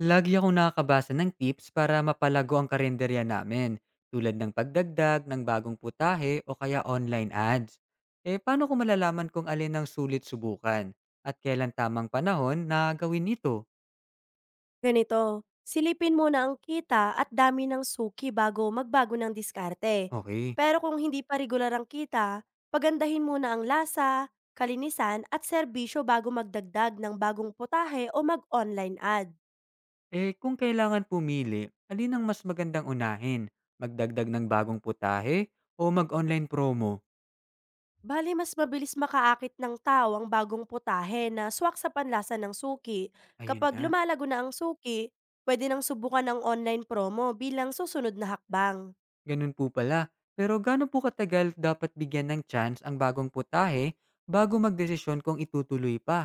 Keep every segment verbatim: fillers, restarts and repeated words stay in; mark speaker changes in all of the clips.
Speaker 1: Lagi akong nakakabasa ng tips para mapalago ang karinderya namin, tulad ng pagdagdag ng bagong putahe o kaya online ads. Eh, paano ko malalaman kung alin ang sulit subukan at kailan tamang panahon na gawin ito?
Speaker 2: Ganito, silipin muna ang kita at dami ng suki bago magbago ng diskarte.
Speaker 1: Okay.
Speaker 2: Pero kung hindi pa regular ang kita, pagandahin muna ang lasa, kalinisan at serbisyo bago magdagdag ng bagong putahe o mag-online ad.
Speaker 1: Eh, kung kailangan pumili, alin ang mas magandang unahin? Magdagdag ng bagong putahe o mag-online promo?
Speaker 2: Bali, mas mabilis makaakit ng tao ang bagong putahe na swak sa panlasa ng suki.
Speaker 1: Ayun
Speaker 2: Kapag
Speaker 1: nga.
Speaker 2: lumalago na ang suki, pwede nang subukan ang online promo bilang susunod na hakbang.
Speaker 1: Ganun po pala. Pero gaano po katagal dapat bigyan ng chance ang bagong putahe bago magdesisyon kung itutuloy pa?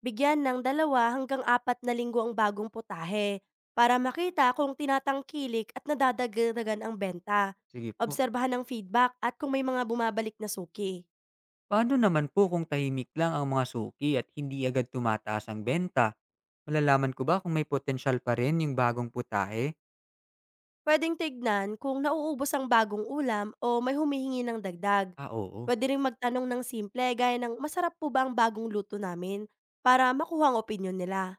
Speaker 2: Bigyan ng dalawa hanggang apat na linggo ang bagong putahe para makita kung tinatangkilik at nadadagdagan ang benta.
Speaker 1: Sige po.
Speaker 2: Obserbahan ang feedback at kung may mga bumabalik na suki.
Speaker 1: Paano naman po kung tahimik lang ang mga suki at hindi agad tumataas ang benta? Malalaman ko ba kung may potensyal pa rin yung bagong putahe?
Speaker 2: Pwedeng tignan kung nauubos ang bagong ulam o may humihingi ng dagdag.
Speaker 1: Ah, oo.
Speaker 2: Pwede rin magtanong ng simple gaya ng masarap po ba ang bagong luto namin para makuha ang opinyon nila.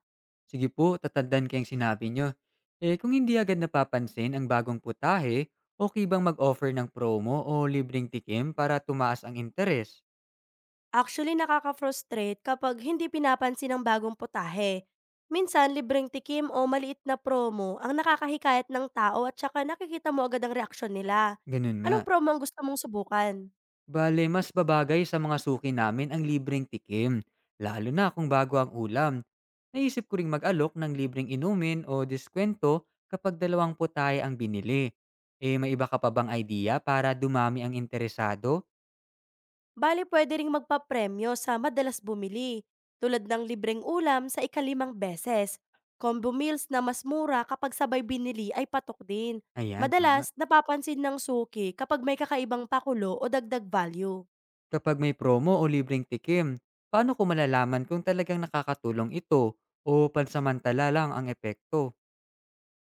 Speaker 1: Sige po, tatandaan ko yung sinabi nyo. Eh, kung hindi agad napapansin ang bagong putahe, okay bang mag-offer ng promo o libreng tikim para tumaas ang interes?
Speaker 2: Actually, nakaka-frustrate kapag hindi pinapansin ang bagong putahe. Minsan, libreng tikim o maliit na promo ang nakakahikayat ng tao at saka nakikita mo agad ang reaksyon nila.
Speaker 1: Ganun nga.
Speaker 2: Anong promo ang gusto mong subukan?
Speaker 1: Bale, mas babagay sa mga suki namin ang libreng tikim, lalo na kung bago ang ulam. Naisip ko ring mag-alok ng libreng inumin o diskwento kapag dalawang putay ang binili. Eh, may iba ka pa bang idea para dumami ang interesado?
Speaker 2: Bali, pwede ring magpapremyo sa madalas bumili, tulad ng libreng ulam sa ikalimang beses. Combo meals na mas mura kapag sabay binili ay patok din.
Speaker 1: Ayan, tama.
Speaker 2: Madalas, napapansin ng suki kapag may kakaibang pakulo o dagdag value.
Speaker 1: Kapag may promo o libreng tikim, paano ko malalaman kung talagang nakakatulong ito o pansamantala lang ang epekto?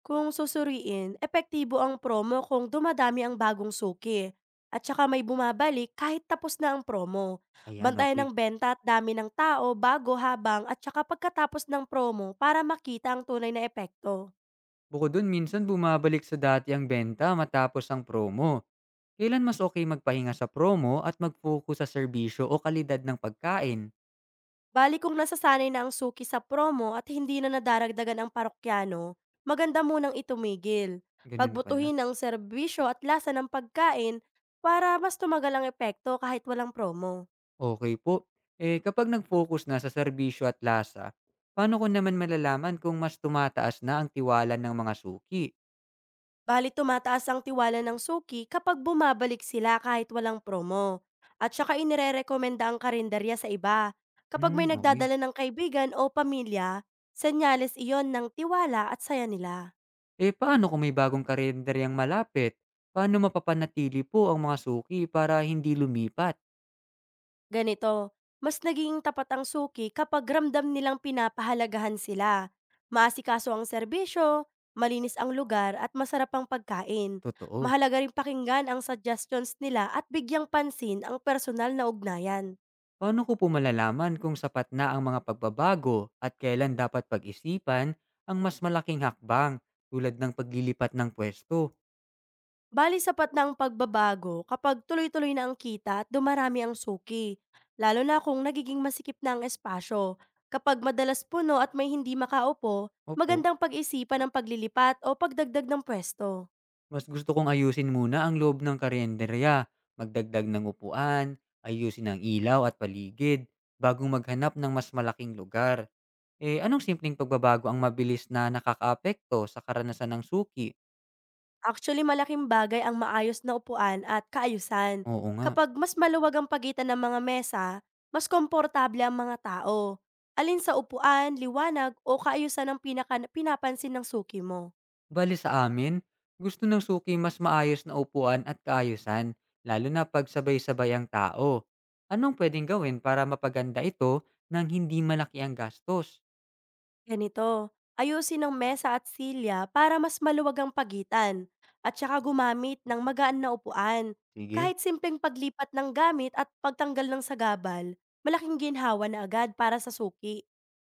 Speaker 2: Kung susuriin, epektibo ang promo kung dumadami ang bagong suki at saka may bumabalik kahit tapos na ang promo.
Speaker 1: Ayan,
Speaker 2: Bantayan
Speaker 1: okay.
Speaker 2: ng benta at dami ng tao bago habang at saka pagkatapos ng promo para makita ang tunay na epekto.
Speaker 1: Bukod dun, minsan bumabalik sa dati ang benta matapos ang promo. Kailan mas okay magpahinga sa promo at mag-focus sa serbisyo o kalidad ng pagkain?
Speaker 2: Bali kung nasasanay na ang suki sa promo at hindi na nadaragdagan ang parokyano, maganda munang itumigil.
Speaker 1: Gano'n pala,
Speaker 2: Pagbutuhin ang serbisyo at lasa ng pagkain para mas tumagal ang epekto kahit walang promo.
Speaker 1: okay po. Eh, kapag nag-focus na sa serbisyo at lasa, paano ko naman malalaman kung mas tumataas na ang tiwala ng mga suki?
Speaker 2: Bali tumataas ang tiwala ng suki kapag bumabalik sila kahit walang promo. At saka inirerekomenda ang karinderya sa iba. Kapag may
Speaker 1: Hmm, okay.
Speaker 2: nagdadala ng kaibigan o pamilya, senyales iyon ng tiwala at saya nila.
Speaker 1: Eh, paano kung may bagong karenderyang malapit? Paano mapapanatili po ang mga suki para hindi lumipat?
Speaker 2: Ganito, mas naging tapat ang suki kapag ramdam nilang pinapahalagahan sila. Maasikaso ang serbisyo, malinis ang lugar at masarap ang pagkain.
Speaker 1: Totoo.
Speaker 2: Mahalaga rin pakinggan ang suggestions nila at bigyang pansin ang personal na ugnayan.
Speaker 1: Paano ko po malalaman kung sapat na ang mga pagbabago at kailan dapat pag-isipan ang mas malaking hakbang tulad ng paglilipat ng pwesto?
Speaker 2: Bali sapat na ang pagbabago kapag tuloy-tuloy na ang kita at dumarami ang suki, lalo na kung nagiging masikip na ang espasyo. Kapag madalas puno at may hindi makaupo,
Speaker 1: Opo,
Speaker 2: magandang pag-isipan ang paglilipat o pagdagdag ng pwesto.
Speaker 1: mas gusto kong ayusin muna ang loob ng karinderya, magdagdag ng upuan, ayusin ang ilaw at paligid, bagong maghanap ng mas malaking lugar. Eh, anong simpleng pagbabago ang mabilis na nakakaapekto sa karanasan ng suki?
Speaker 2: Actually, malaking bagay ang maayos na upuan at kaayusan.
Speaker 1: Oo nga.
Speaker 2: Kapag mas maluwag ang pagitan ng mga mesa, mas komportable ang mga tao. Alin sa upuan, liwanag o kaayusan ang pinaka- pinapansin ng suki mo?
Speaker 1: Bale sa amin, gusto ng suki mas maayos na upuan at kaayusan, lalo na pag sabay-sabay ang tao. Anong pwedeng gawin para mapaganda ito nang hindi malaki ang gastos?
Speaker 2: Ganito, ayusin ang mesa at silya para mas maluwag ang pagitan at saka gumamit ng magaan na upuan.
Speaker 1: Sige.
Speaker 2: Kahit simpleng paglipat ng gamit at pagtanggal ng sagabal, malaking ginhawa na agad para sa suki.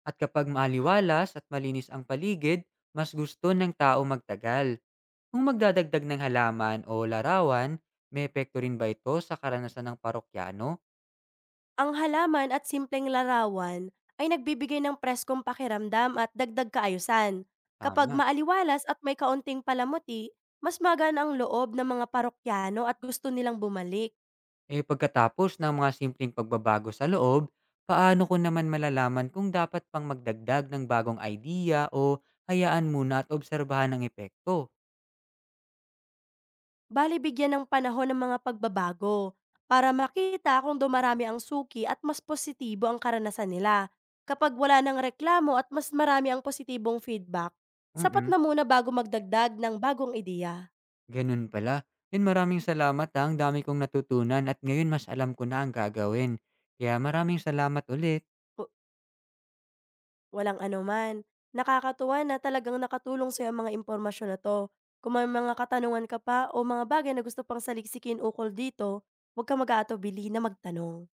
Speaker 1: At kapag maaliwalas at malinis ang paligid, mas gusto ng tao magtagal. Kung magdadagdag ng halaman o larawan, may epekto rin ba ito sa karanasan ng parokyano?
Speaker 2: Ang halaman at simpleng larawan ay nagbibigay ng preskong pakiramdam at dagdag kaayusan. Kapag
Speaker 1: Tama.
Speaker 2: maaliwalas at may kaunting palamuti, mas magaan ang loob ng mga parokyano at gusto nilang bumalik.
Speaker 1: Eh pagkatapos ng mga simpleng pagbabago sa loob, paano ko naman malalaman kung dapat pang magdagdag ng bagong idea o hayaan muna at obserbahan ang epekto?
Speaker 2: Bali bigyan ng panahon ng mga pagbabago para makita kung dumarami ang suki at mas positibo ang karanasan nila. Kapag wala ng reklamo at mas marami ang positibong feedback, sapat
Speaker 1: Mm,
Speaker 2: na muna bago magdagdag ng bagong ideya.
Speaker 1: ganun pala. And maraming salamat ha, ang dami kong natutunan at ngayon mas alam ko na ang gagawin. Kaya maraming salamat ulit.
Speaker 2: W- Walang anuman. Nakakatuwa na talagang nakatulong sa ang mga impormasyon na to. Kung may mga katanungan ka pa o mga bagay na gusto pang saliksikin ukol dito, huwag ka mag-aatubili na magtanong.